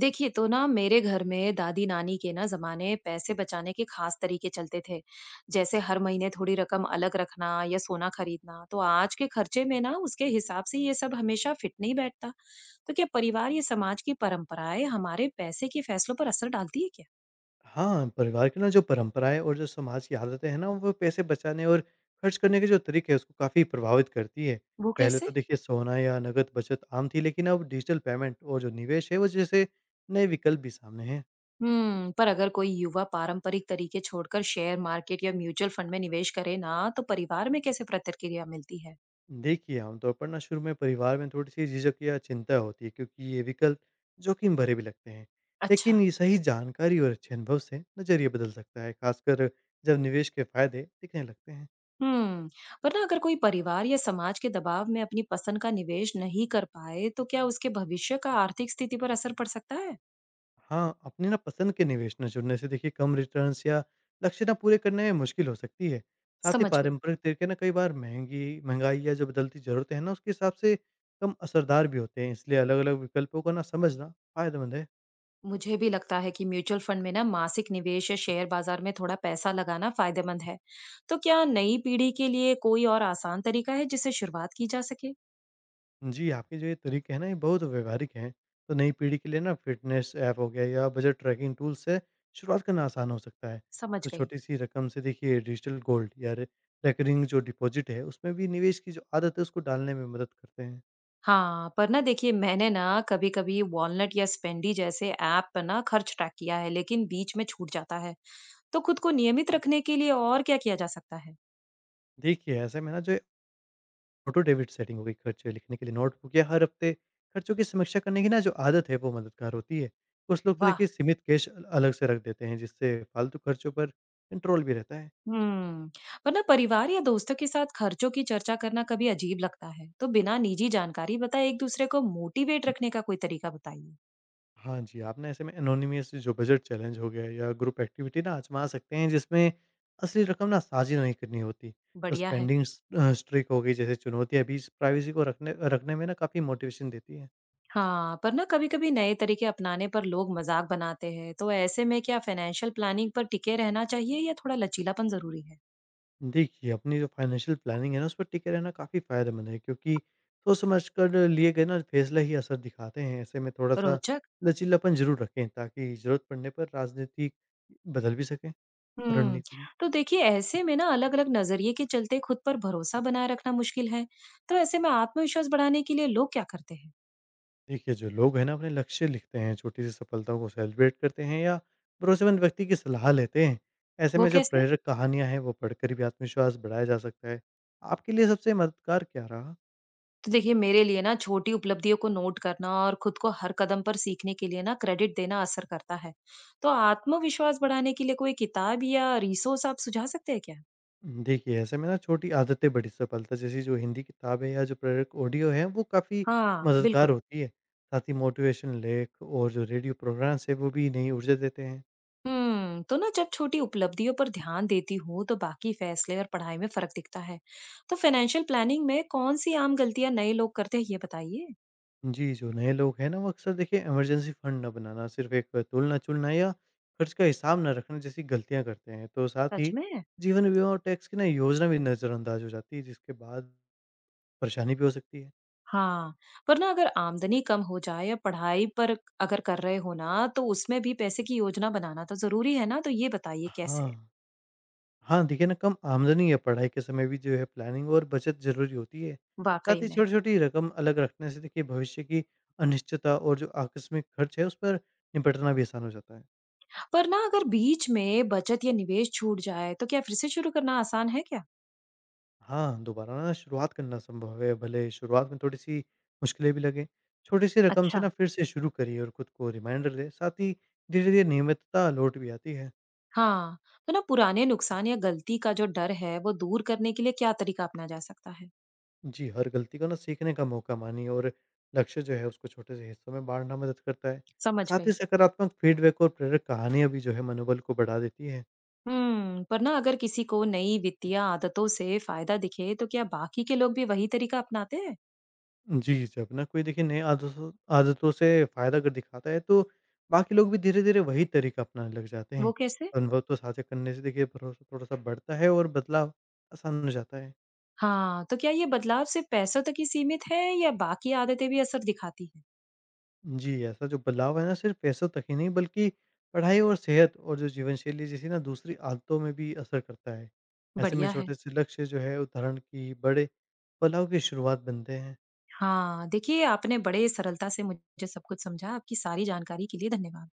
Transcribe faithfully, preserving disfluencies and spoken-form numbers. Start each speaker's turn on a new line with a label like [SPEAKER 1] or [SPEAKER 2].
[SPEAKER 1] देखिए तो ना मेरे घर में दादी नानी के ना जमाने पैसे बचाने के खास तरीके चलते थे। जैसे हर महीने थोड़ी रकम अलग रखना या सोना खरीदना, तो आज के खर्चे में ना उसके हिसाब से ये सब हमेशा फिट नहीं बैठता। तो क्या परिवार या समाज की परंपराएं हमारे पैसे के फैसलों पर असर डालती है क्या?
[SPEAKER 2] हाँ, परिवार की ना जो परंपराएँ और जो समाज की आदतें हैं ना, वो पैसे बचाने और खर्च करने के जो तरीके हैं, उसको काफ़ी प्रभावित करती है।
[SPEAKER 1] वो
[SPEAKER 2] पहले तो
[SPEAKER 1] कैसे?
[SPEAKER 2] देखिए सोना या नकद बचत आम थी, लेकिन अब डिजिटल पेमेंट और जो निवेश है, वो जैसे नए विकल्प भी सामने हैं।
[SPEAKER 1] हम्म। पर अगर कोई युवा पारंपरिक तरीके छोड़कर शेयर मार्केट या म्यूचुअल फंड में निवेश करे ना, तो परिवार में कैसे प्रतिक्रिया मिलती है?
[SPEAKER 2] देखिए, आमतौर पर ना शुरू में परिवार में थोड़ी-सी झिझक या चिंता होती है, क्योंकि ये विकल्प जोखिम भरे भी लगते हैं।
[SPEAKER 1] अच्छा।
[SPEAKER 2] लेकिन ये सही जानकारी और अच्छे अनुभव से नज़रिया बदल सकता है, खासकर जब निवेश के फायदे दिखने लगते हैं।
[SPEAKER 1] हम्म। पर ना अगर कोई परिवार या समाज के दबाव में अपनी पसंद का निवेश नहीं कर पाए, तो क्या उसके भविष्य का आर्थिक स्थिति पर असर पड़ सकता है?
[SPEAKER 2] हाँ, अपने ना पसंद के निवेश ना चुनने से देखिए कम रिटर्न्स या लक्ष्य ना पूरे करने में मुश्किल हो सकती है। साथ ही
[SPEAKER 1] समझ गई।
[SPEAKER 2] पारंपरिक तरीके ना कई बार महँगी महँगाई या जो बदलती ज़रूरतें हैं ना उसके हिसाब से कम असरदार भी होते हैं। इसलिए अलग-अलग विकल्पों को ना समझना फ़ायदेमंद है।
[SPEAKER 1] मुझे भी लगता है कि म्यूचुअल फंड में ना मासिक निवेश या शेयर बाजार में थोड़ा पैसा लगाना फायदेमंद है। तो क्या नई पीढ़ी के लिए कोई और आसान तरीका है जिससे शुरुआत की जा सके?
[SPEAKER 2] जी, आपके जो ये तरीके हैं ना ये बहुत व्यवहारिक हैं। तो नई पीढ़ी के लिए ना फ़िटनेस ऐप हो गया या बजट ट्रैकिंग टूल से शुरुआत करना आसान हो सकता है।
[SPEAKER 1] समझ
[SPEAKER 2] तो
[SPEAKER 1] गई।
[SPEAKER 2] छोटी-सी रकम से देखिए डिजिटल गोल्ड या रे रेकरिंग जो डिपॉज़िट है उसमें भी निवेश की जो आदत है उसको डालने में मदद करते हैं।
[SPEAKER 1] हाँ, पर ना देखिए मैंने ना कभी कभी वॉलनट या स्पेंडी जैसे ऐप पर ना खर्च ट्रैक किया है, लेकिन बीच में छूट जाता है। तो खुद को नियमित रखने के लिए और क्या किया जा सकता है?
[SPEAKER 2] देखिए, ऐसे में ना जो ऑटो डेबिट सेटिंग हो गई, खर्च लिखने के लिए नोटबुक या हर हफ्ते खर्चों की समीक्षा करने की ना जो आदत है वो मददगार होती है। कुछ लोग तो देखिए
[SPEAKER 1] वाह!
[SPEAKER 2] सीमित कैश अ, अलग से रख देते हैं जिससे फालतू खर्चों पर कंट्रोल भी रहता है।
[SPEAKER 1] हुँ। वरना परिवार या दोस्तों के साथ खर्चों की चर्चा करना कभी अजीब लगता है। तो बिना निजी जानकारी बताए एक दूसरे को मोटिवेट रखने का कोई तरीका बताइए।
[SPEAKER 2] हाँ जी, आप ना ऐसे में एनोनिमस जो बजट चैलेंज हो गया है, या ग्रुप एक्टिविटी ना आजमा सकते हैं जिसमें असली रकम ना साझी नहीं करनी होती। तो
[SPEAKER 1] बढ़िया है।
[SPEAKER 2] स्पेंडिंग अ, स्ट्रिक हो गई जैसे चुनौतियाँ भी प्राइवेसी को रखने रखने में ना काफ़ी मोटिवेशन देती है।
[SPEAKER 1] हाँ, पर ना कभी-कभी नए तरीके अपनाने पर लोग मज़ाक बनाते हैं। तो ऐसे में क्या फाइनेंशियल प्लानिंग पर टिके रहना चाहिए या थोड़ा लचीलापन ज़रूरी है?
[SPEAKER 2] देखिए, अपनी जो फाइनेंशियल प्लानिंग है ना, उस पर टिके रहना काफ़ी फ़ायदेमंद है क्योंकि सोच समझ कर लिए गए ना फ़ैसले ही असर दिखाते हैं। ऐसे में थोड़ा-सा
[SPEAKER 1] रोचक।
[SPEAKER 2] लचीलापन ज़रूर रखें ताकि ज़रूरत पड़ने पर राजनीति बदल भी सकें,
[SPEAKER 1] हुँ।
[SPEAKER 2] रणनीति भी।
[SPEAKER 1] तो देखिए ऐसे में ना अलग-अलग नज़रिए के चलते खुद पर भरोसा बनाए रखना मुश्किल है। तो ऐसे में आत्मविश्वास बढ़ाने के लिए लोग क्या करते हैं?
[SPEAKER 2] देखिए, जो लोग हैं ना अपने लक्ष्य लिखते हैं, छोटी-सी सफलताओं को सेलिब्रेट करते हैं या भरोसेमंद व्यक्ति की सलाह लेते हैं। ऐसे
[SPEAKER 1] वो
[SPEAKER 2] में जो
[SPEAKER 1] कैसे?
[SPEAKER 2] प्रेरक कहानियाँ हैं, वो पढ़कर भी आत्मविश्वास बढ़ाया जा सकता है। आपके लिए सबसे मददगार क्या रहा?
[SPEAKER 1] तो देखिए मेरे लिए ना छोटी उपलब्धियों को नोट करना और खुद को हर कदम पर सीखने के लिए ना क्रेडिट देना असर करता है। तो आत्मविश्वास बढ़ाने के लिए कोई किताब या रिसोर्स आप सुझा सकते हैं क्या?
[SPEAKER 2] देखिए, ऐसे में ना छोटी आदतें बड़ी सफलता जैसी जो हिंदी किताब है या जो प्रेरक ऑडियो है, वो काफ़ी
[SPEAKER 1] हाँ
[SPEAKER 2] मददगार
[SPEAKER 1] बिल्कुल।
[SPEAKER 2] होती है। साथ ही मोटिवेशन लेख और जो रेडियो प्रोग्राम्स है, वो भी नई ऊर्जा देते हैं।
[SPEAKER 1] हम्म। तो ना जब छोटी उपलब्धियों पर ध्यान देती हूँ, तो बाकी फैसले और पढ़ाई में फर्क दिखता है। तो फाइनेंशियल प्लानिंग में कौन सी आम गलतियां नए लोग करते हैं ये बताइए।
[SPEAKER 2] जी, जो नए लोग हैं ना, वो अक्सर देखिए इमरजेंसी फंड ना बनाना, सिर्फ़ एक तुलना-चुलना या खर्च का हिसाब ना रखना जैसी गलतियाँ करते हैं। तो साथ
[SPEAKER 1] सच
[SPEAKER 2] ही
[SPEAKER 1] में।
[SPEAKER 2] जीवन बीमा और टैक्स की ना योजना भी नज़रअंदाज हो जाती है, जिसके बाद परेशानी भी हो सकती है।
[SPEAKER 1] हाँ, वरना अगर आमदनी कम हो जाए या पढ़ाई पर अगर कर रहे हो ना, तो उसमें भी पैसे की योजना बनाना तो ज़रूरी है ना, तो ये बताइए कैसे?
[SPEAKER 2] हाँ। हाँ, देखिए ना कम आमदनी या पढ़ाई के समय भी जो है प्लानिंग और बचत ज़रूरी होती है। साथ
[SPEAKER 1] वाक़ई
[SPEAKER 2] ही
[SPEAKER 1] में।
[SPEAKER 2] छोटी-छोटी रकम अलग रखने से देखिए भविष्य की अनिश्चितता और जो आकस्मिक खर्च है उस पर निपटना भी आसान हो जाता है।
[SPEAKER 1] पर ना अगर बीच में बचत या निवेश छूट जाए, तो क्या फिर से शुरू करना आसान है क्या?
[SPEAKER 2] हाँ, दोबारा ना शुरुआत करना संभव है, भले शुरुआत में थोड़ी-सी मुश्किलें भी लगें। छोटी सी रकम से
[SPEAKER 1] अच्छा।
[SPEAKER 2] ना फिर से शुरू करिए और खुद को रिमाइंडर दें, साथ ही धीरे-धीरे नियमितता लौट भी आती है।
[SPEAKER 1] हाँ, तो ना पुराने नुकसान या गलती का जो डर है, वो दूर करने के लिए क्या तरीका अपना जा सकता है?
[SPEAKER 2] जी, हर गलती को ना सीखने का मौका मानिए और लक्ष्य जो है उसको छोटे से हिस्सों में बाँटना मदद करता है।
[SPEAKER 1] समझ
[SPEAKER 2] साथ ही
[SPEAKER 1] गई।
[SPEAKER 2] सकारात्मक फीडबैक और प्रेरक कहानियाँ भी जो है मनोबल को बढ़ा देती हैं।
[SPEAKER 1] हम्म, पर ना अगर किसी को नई वित्तीय आदतों से फ़ायदा दिखे, तो क्या बाकी के लोग भी वही तरीका अपनाते हैं?
[SPEAKER 2] जी, जब ना कोई देखिए नए आदतों आदतों से फ़ायदा अगर दिखाता है तो बाकी लोग भी धीरे-धीरे वही तरीका अपनाने लग जाते हैं।
[SPEAKER 1] वो कैसे?
[SPEAKER 2] अनुभव तो साझा करने से देखिए भरोसा थोड़ा-सा बढ़ता है और बदलाव आसान हो जाता है।
[SPEAKER 1] हाँ, तो क्या ये बदलाव सिर्फ पैसों तक ही सीमित है या बाकी आदतें भी असर दिखाती हैं?
[SPEAKER 2] जी, ऐसा जो बदलाव है ना सिर्फ़ पैसों तक ही नहीं बल्कि पढ़ाई और सेहत और जो जीवन शैली जैसी ना दूसरी आदतों में भी असर करता है। ऐसे में
[SPEAKER 1] बढ़िया है।
[SPEAKER 2] छोटे से लक्ष्य जो है उदाहरण की बड़े बदलाव की शुरुआत बनते हैं।
[SPEAKER 1] हाँ, देखिए आपने बड़े सरलता से मुझे सब कुछ समझा। आपकी सारी जानकारी के लिए धन्यवाद।